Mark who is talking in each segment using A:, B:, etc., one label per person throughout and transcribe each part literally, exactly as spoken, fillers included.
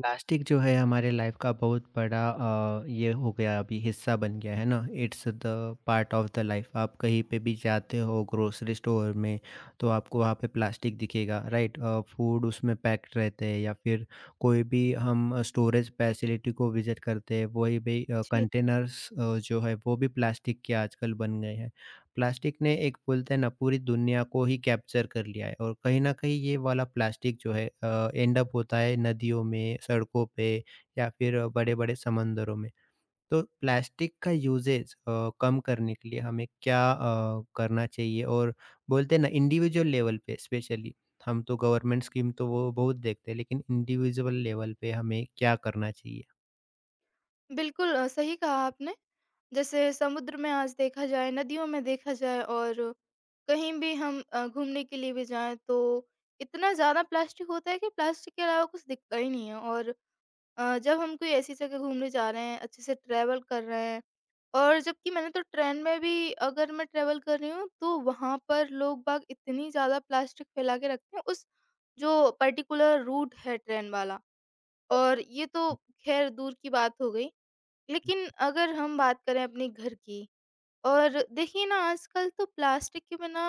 A: Plastic जो है हमारे लाइफ का बहुत बड़ा अ, ये हो गया अभी हिस्सा बन गया है ना। It's the part of the life. आप कहीं पे भी जाते हो ग्रोसरी स्टोर में तो आपको वहाँ पे प्लास्टिक दिखेगा, राइट। फूड उसमें पैक्ड रहते हैं या फिर कोई भी हम स्टोरेज फैसिलिटी को विजिट करते हैं वही भी
B: जी,
A: कंटेनर्स जो है वो भी प्लास्टिक के आजकल बन गए हैं। प्लास्टिक ने एक बोलते हैं ना पूरी दुनिया को ही कैप्चर कर लिया है और कहीं ना कहीं ये वाला प्लास्टिक जो है एंड अप होता है नदियों में, सड़कों पे या फिर बड़े बड़े समंदरों में। तो प्लास्टिक का यूजेज कम करने के लिए हमें क्या अ, करना चाहिए और बोलते हैं ना इंडिविजुअल लेवल पे स्पेशली। हम तो गवर्नमेंट स्कीम तो वो बहुत देखते हैं लेकिन इंडिविजुअल लेवल पे हमें क्या करना चाहिए?
B: बिल्कुल अ, सही कहा आपने। जैसे समुद्र में आज देखा जाए, नदियों में देखा जाए, और कहीं भी हम अ, घूमने के लिए भी जाएँ तो इतना ज़्यादा प्लास्टिक होता है कि प्लास्टिक के अलावा कुछ दिखता ही नहीं है। और अ, जब हम कोई ऐसी जगह घूमने जा रहे हैं, अच्छे से ट्रैवल कर रहे हैं, और जबकि मैंने तो ट्रेन में भी, अगर मैं ट्रैवल कर रही हूँ, तो वहाँ पर लोग बाग इतनी ज़्यादा प्लास्टिक फैला के रखते हैं उस जो पर्टिकुलर रूट है ट्रेन वाला। और ये तो ख़ैर दूर की बात हो गई। लेकिन अगर हम बात करें अपने घर की, और देखिए ना, आजकल तो प्लास्टिक के बिना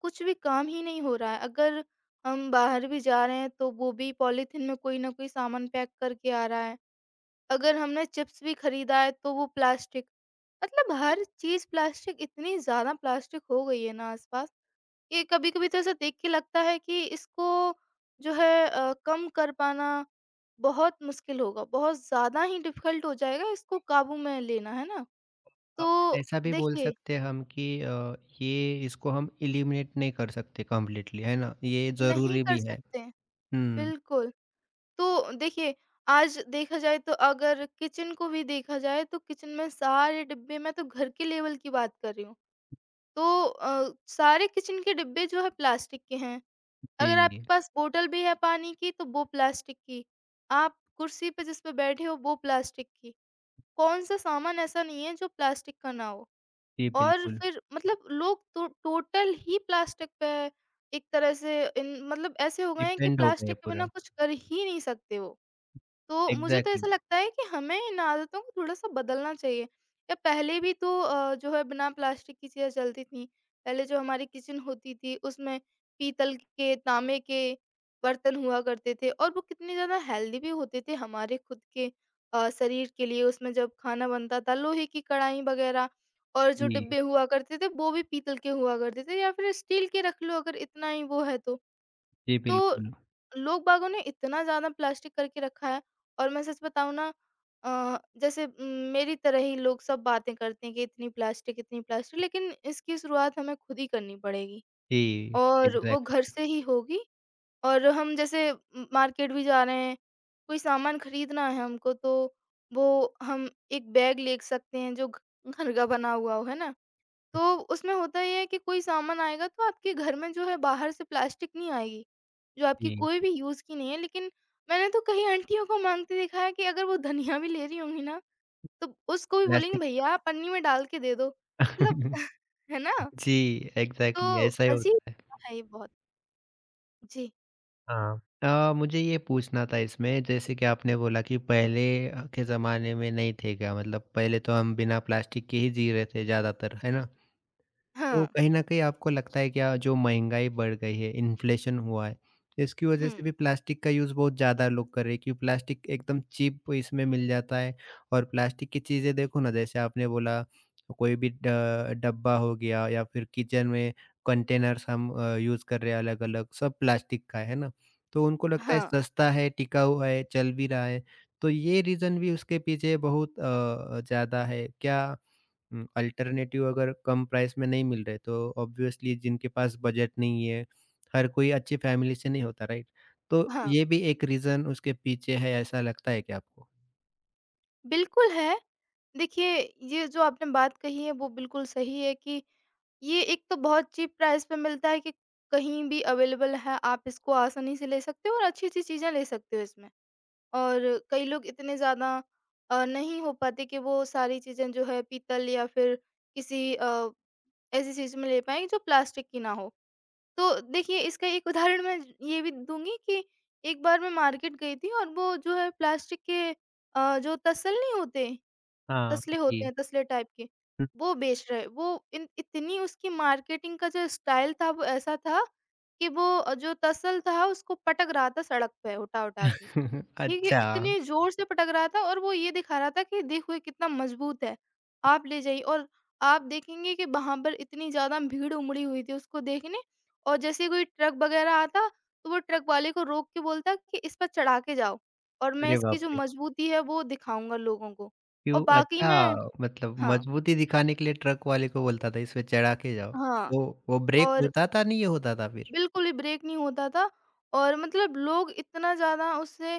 B: कुछ भी काम ही नहीं हो रहा है। अगर हम बाहर भी जा रहे हैं तो वो भी पॉलीथीन में कोई ना कोई सामान पैक करके आ रहा है। अगर हमने चिप्स भी खरीदा है तो वो प्लास्टिक, मतलब हर चीज़ प्लास्टिक, इतनी ज़्यादा प्लास्टिक हो गई है ना आसपास। ये कभी-कभी तो ऐसा देख के लगता है कि इसको जो है अ, कम कर पाना बहुत मुश्किल होगा, बहुत ज़्यादा ही डिफ़िकल्ट हो जाएगा इसको काबू में लेना, है ना?
A: अब
B: तो
A: ऐसा भी बोल
B: देखिए,
A: सकते हैं हम कि अ, ये इसको हम एलिमिनेट नहीं कर सकते कंप्लीटली, है ना? ये
B: नहीं
A: ज़रूरी
B: कर
A: भी है।
B: सकते,
A: हुँ,
B: बिल्कुल। तो देखिए, आज देखा जाए तो अगर किचन को भी देखा जाए तो किचन में सारे डिब्बे, मैं तो घर के लेवल की बात कर रही हूँ। तो अ, सारे किचन के डिब्बे जो है प्लास्टिक के हैं। अगर
A: जी,
B: आपके पास बोतल भी है पानी की तो वो प्लास्टिक की, आप कुर्सी पे जिस पे बैठे हो वो प्लास्टिक की। कौन-सा सामान ऐसा नहीं है जो प्लास्टिक का ना हो।
A: जी
B: और
A: बिल्कुल।
B: फिर मतलब लोग तो टोटल ही प्लास्टिक पे एक तरह से इन मतलब ऐसे हो गए हैं कि
A: डिपेंड हो गए
B: प्लास्टिक के
A: पूरा।
B: बिना कुछ कर ही नहीं सकते वो। तो मुझे तो
A: एग्ज़ैक्टली।
B: ऐसा लगता है कि हमें इन आदतों को थोड़ा-सा बदलना चाहिए। या पहले भी तो अ, जो है बिना प्लास्टिक की चीज़ें चलती थीं। पहले जो हमारी किचन होती थी उसमें पीतल के, तांबे के बर्तन हुआ करते थे, और वो कितने ज़्यादा हेल्दी भी होते थे हमारे खुद के अ, शरीर के लिए। उसमें जब खाना बनता था, लोहे की कढ़ाई वगैरह, और जो
A: जी,
B: डिब्बे हुआ करते थे वो भी पीतल के हुआ करते थे, या फिर स्टील के रख लो अगर इतना ही वो है तो।
A: जी
B: तो
A: बिल्कुल।
B: लोग बागों ने इतना ज़्यादा प्लास्टिक करके रखा है। और मैं सच बताऊँ ना, अ, जैसे उम, मेरी तरह ही लोग सब बातें करते हैं कि इतनी प्लास्टिक, इतनी प्लास्टिक, लेकिन इसकी शुरुआत हमें खुद ही करनी पड़ेगी,
A: जी,
B: और वो घर
A: एग्ज़ैक्टली।
B: से ही होगी। और हम जैसे म मार्केट भी जा रहे हैं, कोई सामान खरीदना है हमको, तो वो हम एक बैग ले सकते हैं जो घ घर का बना हुआ हो, है ना? तो उसमें होता ये है कि कोई सामान आएगा तो आपके घर में जो है बाहर से प्लास्टिक नहीं आएगी, जो आपकी
A: जी।
B: कोई भी यूज़ की नहीं है। लेकिन मैंने तो कई आंटियों को माँगते देखा है कि अगर वो धनिया भी ले रही होंगी ना, तो उसको भी बोलेंगी
A: प्लास्टिक
B: भैया पन्नी में डाल के दे दो। मतलब है ना?
A: जी, एग्ज़ैक्टली
B: तो
A: ऐसा ही
B: अजीब
A: होता है।
B: है ये बहुत। जी।
A: हाँ, अ, मुझे ये पूछना था इसमें जैसे कि आपने बोला कि पहले के ज़माने में नहीं थे क्या? मतलब पहले तो हम बिना प्लास्टिक के ही जी रहे थे ज़्यादातर, है ना?
B: हाँ।
A: तो कहीं न कहीं आपको लगता है क्या जो महँगाई बढ़ गई है, इन्फ्लेशन हुआ है, इसकी वज़ह
B: हुँ।
A: से भी प्लास्टिक का यूज़ बहुत ज़्यादा लोग कर रहे हैं क्योंकि प्लास्टिक एकदम चीप इसमें मिल जाता है और प्लास्टिक की चीज़ें देखो ना जैसे आपने बोला कोई भी ड डब्बा हो गया या फिर किचन में कंटेनर्स हम अ, यूज़ कर रहे हैं अलग-अलग सब प्लास्टिक का है, है ना? तो उनको लगता है
B: हाँ,
A: सस्ता है, टिकाऊ है, चल भी रहा है, तो ये रीज़न भी उसके पीछे बहुत अ, ज़्यादा है। क्या हुँ, अल्टरनेटिव अगर कम प्राइस में नहीं मिल रहे, तो ऑब्वियसली जिनके पास बजट नहीं है, हर कोई अच्छी फैमिली से नहीं होता, राइट? तो
B: हाँ।
A: ये भी एक रीज़न उसके पीछे है, ऐसा लगता है क्या आपको?
B: बिल्कुल है। देखिए, ये जो आपने बात कही है वो बिल्कुल सही है कि ये एक तो बहुत चीप प्राइस पे मिलता है, कि कहीं भी अवेलेबल है, आप इसको आसानी से ले सकते हो और अच्छी-अच्छी चीज़ें ले सकते हो इसमें। और कई लोग इतने ज़्यादा अ, नहीं हो पाते कि वो सारी चीज़ें जो है पीतल, या फिर किसी अ, ऐसी चीज़ में ले पाएँ जो प्लास्टिक की ना हो। तो देखिए, इसका एक उदाहरण मैं ये भी दूँगी कि एक बार मैं मार्केट गई थी, और वो जो है प्लास्टिक के अ, जो तसल्ली होते
A: हाँ,
B: तसले होते
A: जी।
B: हैं, तसले टाइप के, वो बेच रहे। वो इन इतनी उसकी मार्केटिंग का जो स्टाइल था वो ऐसा था कि वो अ, जो तसल था उसको पटक रहा था सड़क पे उठा-उठा के। ठीक है,
A: अच्छा,
B: इतने ज़ोर से पटक रहा था, और वो ये दिखा रहा था कि देखो ये कितना मज़बूत है, आप ले जाइए। और आप देखेंगे कि वहाँ पर इतनी ज़्यादा भीड़ उमड़ी हुई थी उसको देखने, और जैसे ही कोई ट्रक वग़ैरह आता, तो वो ट्रक वाले को रोक के बोलता कि इस पर चढ़ा के जाओ, और मैं
A: अरे
B: इसकी
A: बाप
B: जो
A: रे!
B: मज़बूती है वो दिखाऊँगा लोगों को। और
A: क्यों
B: बाकी
A: अच्छा,
B: में
A: मतलब
B: हाँ,
A: मजबूती दिखाने के लिए ट्रक वाले को बोलता था, इसमें चढ़ा के जाओ।
B: हाँ।
A: तो वो ब्रेक
B: और
A: होता था, नहीं ये होता था फिर?
B: बिल्कुल भी ब्रेक नहीं होता था, और मतलब लोग इतना ज़्यादा उससे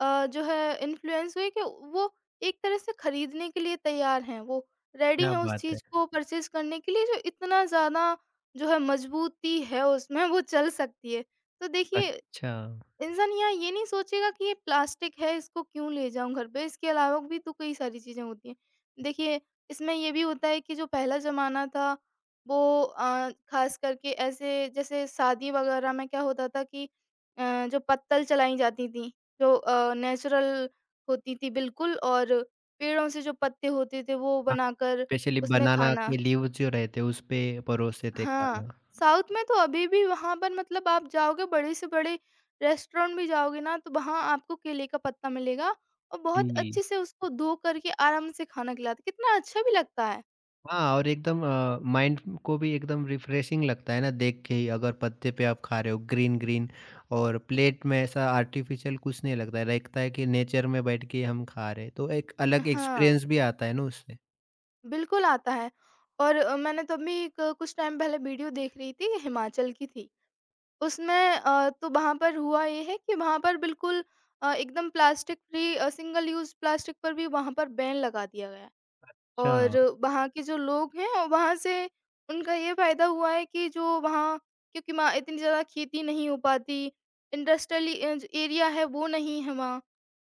B: अ, जो है इन्फ्लुएंस हुए कि वो एक तरह से खरीदने के लिए तैयार हैं। वो रेडी
A: क्या
B: हैं उस
A: बात है!
B: चीज़ को परचेज़ करने के लिए, जो इतना ज़्यादा जो है मजबूती है उसमें वो चल सकती है। तो देखिए,
A: अच्छा।
B: इंसान यहाँ ये नहीं सोचेगा कि ये प्लास्टिक है इसको क्यों ले जाऊँ घर पे, इसके अलावा भी तो कई सारी चीज़ें होती हैं। देखिए, इसमें ये भी होता है कि जो पहला ज़माना था, वो अ, ख़ास करके ऐसे जैसे शादी वग़ैरह में क्या होता था कि अ, जो पत्तल चलाई जाती थी, जो अ, नेचुरल होती थी बिल्कुल, और पेड़ों से जो पत्ते होते थे वो
A: हाँ,
B: बनाकर
A: स्पेशली
B: उसमें
A: बनाना
B: खाना।
A: के लीव्स जो रहते, उसपे परोसते थे
B: हाँ,
A: खाना।
B: साउथ में तो अभी भी वहाँ पर, मतलब आप जाओगे बड़े से बड़े रेस्टोरेंट भी जाओगे ना, तो वहाँ आपको केले का पत्ता मिलेगा, और बहुत
A: जी।
B: अच्छे से उसको धो करके आराम से खाना खिलाते, कितना अच्छा भी लगता है।
A: हाँ और एकदम अ, माइंड को भी एकदम रिफ्रेशिंग लगता है ना देख के ही अगर पत्ते पे आप खा रहे हो ग्रीन ग्रीन और प्लेट में ऐसा आर्टिफिशियल कुछ नहीं लगता है लगता है कि नेचर में बैठ के हम खा रहे हैं तो एक अलग
B: हाँ,
A: एक्सपीरियंस भी आता है ना उससे।
B: बिल्कुल आता है। और अ, मैंने तो अभी एक अ, कुछ टाइम पहले वीडियो देख रही थी, हिमाचल की थी। उसमें अ, तो वहाँ पर हुआ ये है कि वहाँ पर बिल्कुल अ, एकदम plastic free, uh, single use plastic पर भी वहाँ पर बैन लगा दिया गया है।
A: अच्छा।
B: और वहाँ के जो लोग हैं, अ, वहाँ से उनका ये फ़ायदा हुआ है कि जो वहाँ, क्योंकि वहाँ इतनी ज़्यादा खेती नहीं हो पाती, इंडस्ट्रियली अ, ज एरिया है वो नहीं है वहाँ,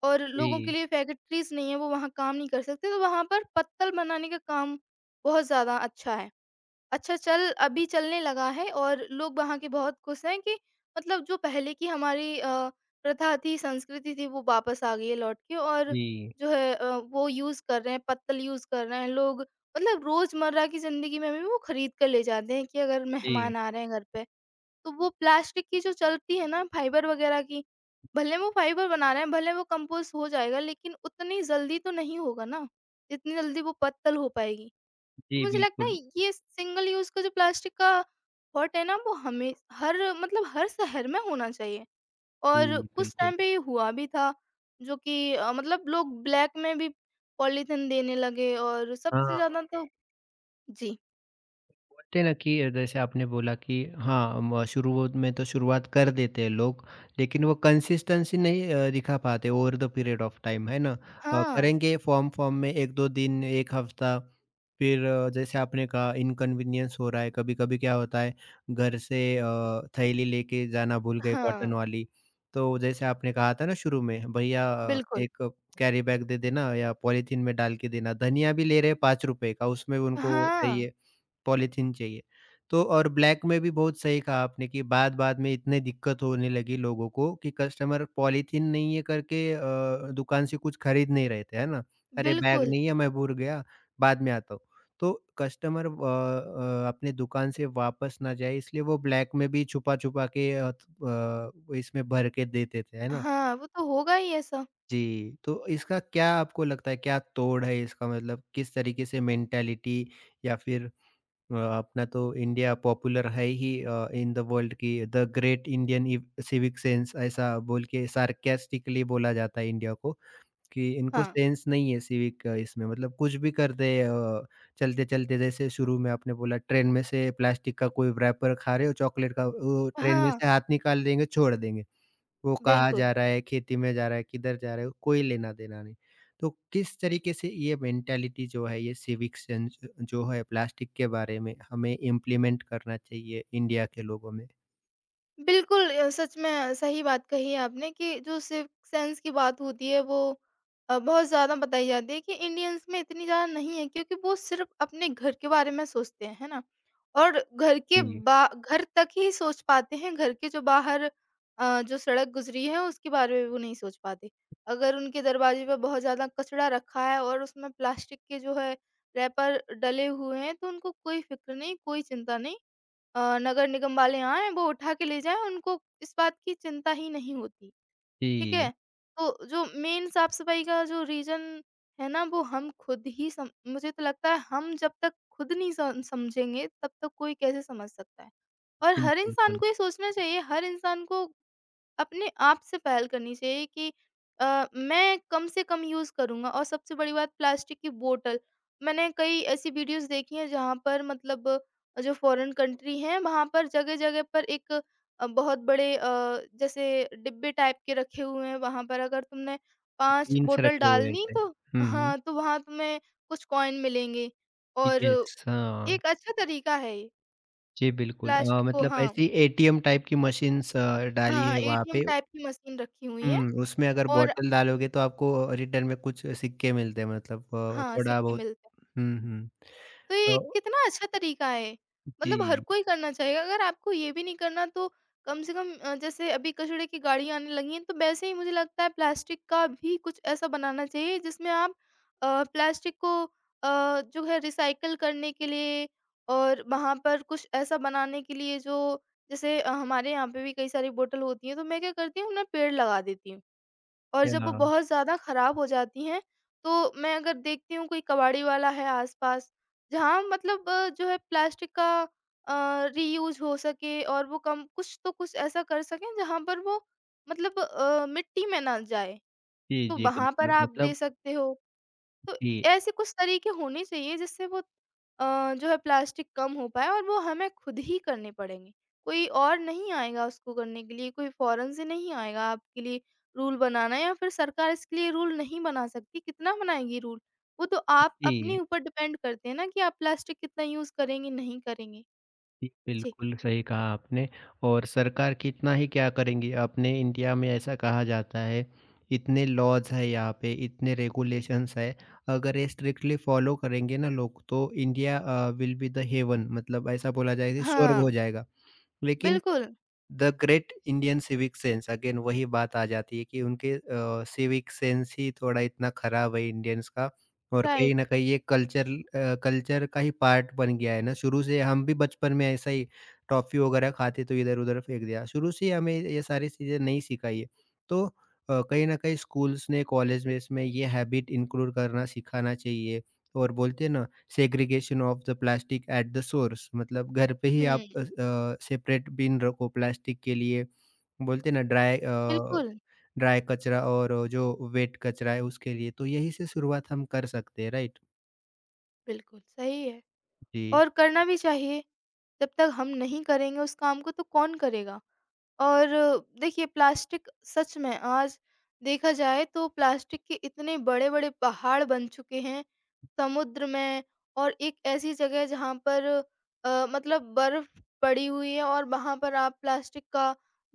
B: और लोगों के
A: जी।
B: लिए फैक्ट्रीज़ नहीं है, वो वहाँ काम नहीं कर सकते, तो वहाँ पर पत्तल बनाने का काम बहुत ज़्यादा अच्छा है। अच्छा चल अभी चलने लगा है, और लोग वहाँ के बहुत खुश हैं कि मतलब जो पहले की हमारी अ, प्रथा थी, संस्कृति थी, वो वापस आ गई है लौट के। और
A: जी।
B: जो है अ, वो यूज़ कर रहे हैं, पत्तल यूज़ कर रहे हैं लोग। मतलब रोज़मर्रा की ज़िंदगी में भी वो खरीद कर ले जाते हैं कि अगर
A: जी।
B: मेहमान आ रहे हैं घर पे, तो वो प्लास्टिक की जो चलती है ना फाइबर वगैरह की, भले वो फाइबर बना रहे हैं, भले वो कंपोस्ट हो जाएगा, लेकिन उतनी जल्दी तो नहीं होगा ना, जितनी जल्दी वो पत्तल हो पाएगी। तो
A: जी
B: मुझे लगता है
A: बिल्कुल।
B: ये सिंगल यूज़ का जो प्लास्टिक का हॉट है ना, वो हमें हर, मतलब हर शहर में होना चाहिए।
A: जी
B: और कुछ
A: बिल्कुल।
B: टाइम पे ये हुआ भी था, जो कि अ, मतलब लोग ब्लैक में भी पॉलीथिन देने लगे, और सबसे
A: हाँ।
B: ज़्यादा तो जी।
A: बोलते हैं ना कि जैसे आपने बोला कि हाँ म- शुरू में तो शुरुआत कर देते हैं लोग लेकिन वो कंसिस्टेंसी नहीं अ, दिखा पाते over the period of time है ना। अ,
B: हाँ,
A: करेंगे फॉर्म फॉर्म में एक दो दिन एक हफ्ता, फिर अ, जैसे आपने कहा इनकन्वीनियंस हो रहा है कभी कभी क्या होता है घर से अ, थैली लेके जाना भूल गए
B: हाँ,
A: कॉटन वाली। तो जैसे आपने कहा था ना शुरू में भैया अ,
B: बिल्कुल।
A: एक कैरी बैग दे देना या पॉलीथीन में डाल के देना धनिया भी ले रहे हैं पाँच रुपए का उसमें उनको
B: हाँ,
A: चाहिए पॉलीथीन चाहिए। तो और ब्लैक में भी बहुत सही कहा आपने कि बाद-बाद में इतनी दिक्कत होने लगी लोगों को कि कस्टमर पॉलीथीन नहीं है करके अ, दुकान से कुछ खरीद नहीं रहे थे, है ना? अरे! बैग
B: बिल्कुल।
A: नहीं है मैं भूल गया, बाद में आता हूँ। तो कस्टमर अ अ, अपने दुकान से वापस ना जाए इसलिए वो ब्लैक में भी छुपा-छुपा के अ, ब इसमें भर के देते थे, है ना?
B: हाँ, वो तो होगा ही ऐसा।
A: जी। तो इसका क्या आपको लगता है क्या तोड़ है इसका मतलब किस तरीके से मेंटालिटी या फिर अ, अपना तो इंडिया पॉपुलर है ही अ, इन द वर्ल्ड की द ग्रेट इंडियन इव- सिविक सेंस ऐसा बोल के सार्केस्टिकली बोला जाता है इंडिया को कि इनको
B: हाँ,
A: सेंस नहीं है सिविक इसमें मतलब कुछ भी कर दे अ, चलते चलते जैसे शुरू में आपने बोला ट्रेन में से प्लास्टिक का कोई रैपर खा रहे हो चॉकलेट का वो ट्रेन में
B: हाँ,
A: से हाथ निकाल देंगे छोड़ देंगे। वो कहाँ
B: बिल्कुल।
A: जा रहा है, खेती में जा रहा है, किधर जा रहा है, कोई लेना-देना नहीं। तो किस तरीके से ये मेंटालिटी जो है, ये सिविक सेंस जो है प्लास्टिक के बारे में हमें इम्प्लीमेंट करना चाहिए इंडिया के लोगों में?
B: बिल्कुल अ, सच में सही बात कही है आपने कि जो सिक्स सेंस की बात होती है, वो अ, बहुत ज़्यादा बताई जाती है कि इंडियंस में इतनी ज़्यादा नहीं है, क्योंकि वो सिर्फ़ अपने घर के बारे में सोचते हैं, है ना? और घर के
A: जी।
B: बा घर तक ही सोच पाते हैं, घर के जो बाहर अ, जो सड़क गुज़री है उसके बारे में वो नहीं सोच पाते। अगर उनके दरवाज़े पे बहुत ज़्यादा कचरा रखा है और उसमें प्लास्टिक के जो है रैपर डले हुए हैं, तो उनको कोई फ़िक्र नहीं, कोई चिंता नहीं। अ, नगर निगम वाले आएँ, वो उठा के ले जाएँ, उनको इस बात की चिंता ही नहीं होती, ठीक
A: जी,
B: है? तो जो मेन साफ-सफाई का जो रीज़न है ना, वो हम खुद ही सम मुझे तो लगता है हम जब तक खुद नहीं सम समझेंगे, तब तक कोई कैसे समझ सकता है? और
A: जी,
B: हर इंसान
A: बिल्कुल।
B: को ये सोचना चाहिए, हर इंसान को अपने आप से पहल करनी चाहिए कि अ, मैं कम से कम यूज़ करूँगा, और सबसे बड़ी बात प्लास्टिक की बोतल, मैंने कई ऐसी वीडियोज़ देखी हैं जहाँ पर मतलब अ, जो फ़ॉरेन कंट्री हैं वहाँ पर जगह-जगह पर एक अ, बहुत बड़े अ, जैसे डिब्बे टाइप के रखे हुए हैं, वहाँ पर अगर तुमने पाँच
A: बीन्स
B: बोतल
A: रखे हुए
B: डालनी
A: रहते हैं।
B: तो
A: हुँ, हुँ।
B: हाँ, तो वहाँ तुम्हें कुछ कॉइन मिलेंगे, और
A: यस, हाँ।
B: एक अच्छा तरीका है ये,
A: जी, बिल्कुल। अ,
B: प्लास्टिक को।
A: मतलब
B: हाँ,
A: ऐसी ए टी एम टाइप की मशीन्स अ, डाली
B: हाँ,
A: है वहाँ
B: एटीएम
A: पे।
B: टाइप की मशीन रखी हुई है,
A: हुँ, उसमें अगर
B: और
A: बॉटल डालोगे तो आपको रिटर्न में कुछ सिक्के मिलते हैं मतलब अ,
B: हाँ,
A: थोड़ा
B: सिक्के
A: बहुत।
B: मिलते हैं।
A: हुँ, हुँ।
B: तो ये
A: तो
B: कितना अच्छा तरीका है, मतलब हर
A: जी,
B: कोई करना चाहिए। अगर आपको ये भी नहीं करना, तो कम से कम अ, जैसे अभी कचड़े की गाड़ी आने लगी हैं, तो वैसे ही मुझे लगता है प्लास्टिक का भी कुछ ऐसा बनाना चाहिए जिसमें आप अ, प्लास्टिक को अ, जो है रिसाइकिल करने के लिए, और वहाँ पर कुछ ऐसा बनाने के लिए जो जैसे अ, हमारे यहाँ पे भी कई सारी बोतल होती हैं, तो मैं क्या करती हूँ, उन्हें पेड़ लगा देती हूँ। और जब वो
A: हाँ।
B: बहुत ज़्यादा खराब हो जाती हैं, तो मैं अगर देखती हूँ कोई कबाड़ी वाला है आस-पास, जहाँ मतलब अ, जो है प्लास्टिक का अ, रीयूज़ हो सके, और वो कम कुछ तो कुछ ऐसा कर सकें जहाँ पर वो मतलब अ, मिट्टी में ना जाए,
A: जी,
B: तो
A: जी,
B: वहाँ पर
A: बिल्कुल
B: आप दे
A: मतलब
B: सकते हो। तो
A: जी,
B: ऐसे कुछ तरीके होने चाहिए जिससे वो अ, जो है प्लास्टिक कम हो पाए, और वो हमें खुद ही करने पड़ेंगे। कोई और नहीं आएगा उसको करने के लिए, कोई फ़ॉरेन से नहीं आएगा आपके लिए रूल बनाना, या फिर सरकार इसके लिए रूल नहीं बना सकती, कितना बनाएगी रूल? वो तो आप
A: जी,
B: अपने ऊपर डिपेंड करते हैं ना कि आप प्लास्टिक कितना यूज़ करेंगे, नहीं करेंगे।
A: जी,
B: जी।
A: बिल्कुल सही कहा आपने। और सरकार कितना ही क्या करेंगी, अपने इंडिया में ऐसा कहा जाता है, इतने लॉज़ हैं यहाँ पे, इतने रेगुलेशंस हैं, अगर ये स्ट्रिक्टली फॉलो करेंगे ना लोग तो India uh, will be the heaven मतलब ऐसा बोला जाएगा कि स्वर्ग हो
B: हाँ,
A: जाएगा। लेकिन
B: बिल्कुल,
A: the great Indian civic sense again वही बात आ जाती है कि उनके अ, सिविक सेंस ही थोड़ा इतना खराब है इंडियंस का और कहीं न
B: राइट।
A: कहीं ये कल्चर अ, कल्चर का ही पार्ट बन गया है ना, शुरू से हम भी बचपन में ऐसा ही टॉफ़ी वगैरह खाते तो इधर-उधर फेंक दिया, शुरू से ही हमें ये सारी चीज़ें नहीं सिखाई है। तो अ, कहीं न कहीं स्कूल्स ने, कॉलेज में इसमें ये हैबिट इंक्लूड करना सिखाना चाहिए और बोलते हैं ना segregation of the plastic at the source मतलब घर पे ही आप
B: हुँ,
A: अ, सेपरेट बिन रखो प्लास्टिक के लिए, बोलते हैं ना ड्राई अ,
B: बिल्कुल,
A: ड्राई कचरा और जो वेट कचरा है उसके लिए, तो यही से शुरुआत हम कर सकते हैं, राइट?
B: बिल्कुल, सही है,
A: जी,
B: और करना भी चाहिए। जब तक हम नहीं करेंगे उस काम को तो कौन करेगा? और देखिए प्लास्टिक सच में आज देखा जाए तो प्लास्टिक के इतने बड़े-बड़े पहाड़ बन चुके हैं, समुद्र में। और एक ऐसी जगह है जहाँ पर अ, मतलब बर्फ पड़ी हुई है, और वहाँ पर आप प्लास्टिक का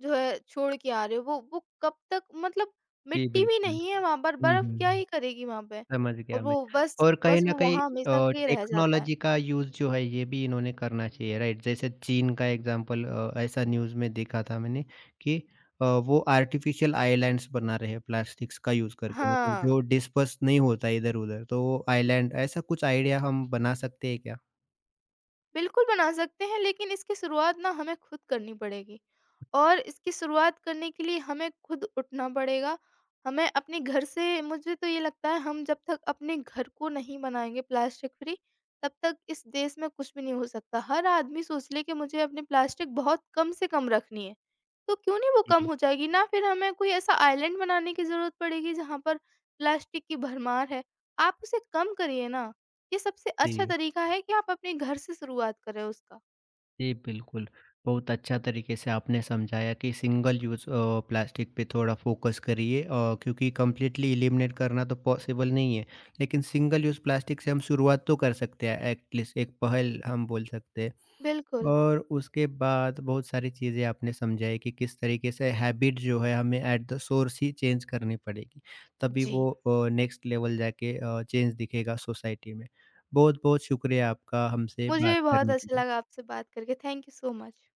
B: जो है छोड़ के आ रहे हो। वो वो कब तक, मतलब
A: जी
B: मिट्टी भी
A: बिल्कुल।
B: नहीं है वहाँ पर,
A: हुँ,
B: बर्फ क्या
A: हुँ।
B: ही करेगी वहाँ पे?
A: समझ
B: और
A: गया मैं।
B: वो बस
A: और कहीं
B: बस
A: न
B: वो
A: कहीं
B: वहाँ हमेशा
A: अ,
B: के लिए रह जाता है।
A: टेक्नोलॉजी का यूज़ जो है ये भी इन्होंने करना चाहिए, राइट? जैसे चीन का एग्ज़ाम्पल अ, ऐसा न्यूज़ में देखा था मैंने कि अ, वो आर्टिफ़िशियल आइलैंड्स बना रहे हैं प्लास्टिक्स का यूज़ करके मतलब जो
B: हाँ।
A: डिस्पर्स नहीं होता है इधर-उधर तो वो आइलैंड ऐसा कुछ आइडिया हम बना सकते हैं क्या?
B: बिल्कुल बना सकते हैं, लेकिन इसकी शुरुआत ना हमें खुद करनी पड़ेगी, और इसकी शुरुआत करने के लिए हमें खुद उठना पड़ेगा। हमें अपने घर से, मुझे तो ये लगता है हम जब तक अपने घर को नहीं बनाएँगे प्लास्टिक फ्री, तब तक इस देश में कुछ भी नहीं हो सकता। हर आदमी सोच ले कि मुझे अपनी प्लास्टिक बहुत कम से कम रखनी है। तो क्यों नहीं वो कम
A: जी,
B: हो जाएगी ना, फिर हमें कोई ऐसा आइलैंड बनाने की ज़रूरत पड़ेगी जहाँ पर प्लास्टिक की भरमार है। आप उसे कम करिए ना। ये सबसे अच्छा
A: जी।
B: तरीका है कि आप अपने घर से शुरुआत करें उसका।
A: जी, बिल्कुल। बहुत अच्छा तरीके से आपने समझाया कि सिंगल यूज़ अ, प्लास्टिक पे थोड़ा फ़ोकस करिए अ, क्योंकि कंप्लीटली एलिमिनेट करना तो पॉसिबल नहीं है। लेकिन सिंगल यूज़ प्लास्टिक से हम शुरुआत तो कर सकते हैं, एटलीस्ट एक पहल हम बोल सकते हैं।
B: बिल्कुल,
A: और उसके बाद बहुत सारी चीज़ें आपने समझाई कि किस तरीके से हैबिट जो है हमें एट द सोर्स ही चेंज करनी पड़ेगी, तभी
B: जी।
A: वो अ, नेक्स्ट लेवल जाके अ, चेंज दिखेगा सोसाइटी में। बहुत-बहुत शुक्रिया आपका हमसे
B: मुझे
A: बात
B: भी बहुत
A: करने के
B: अच्छा
A: लिए।
B: लगा आपसे बात करके। Thank you so much.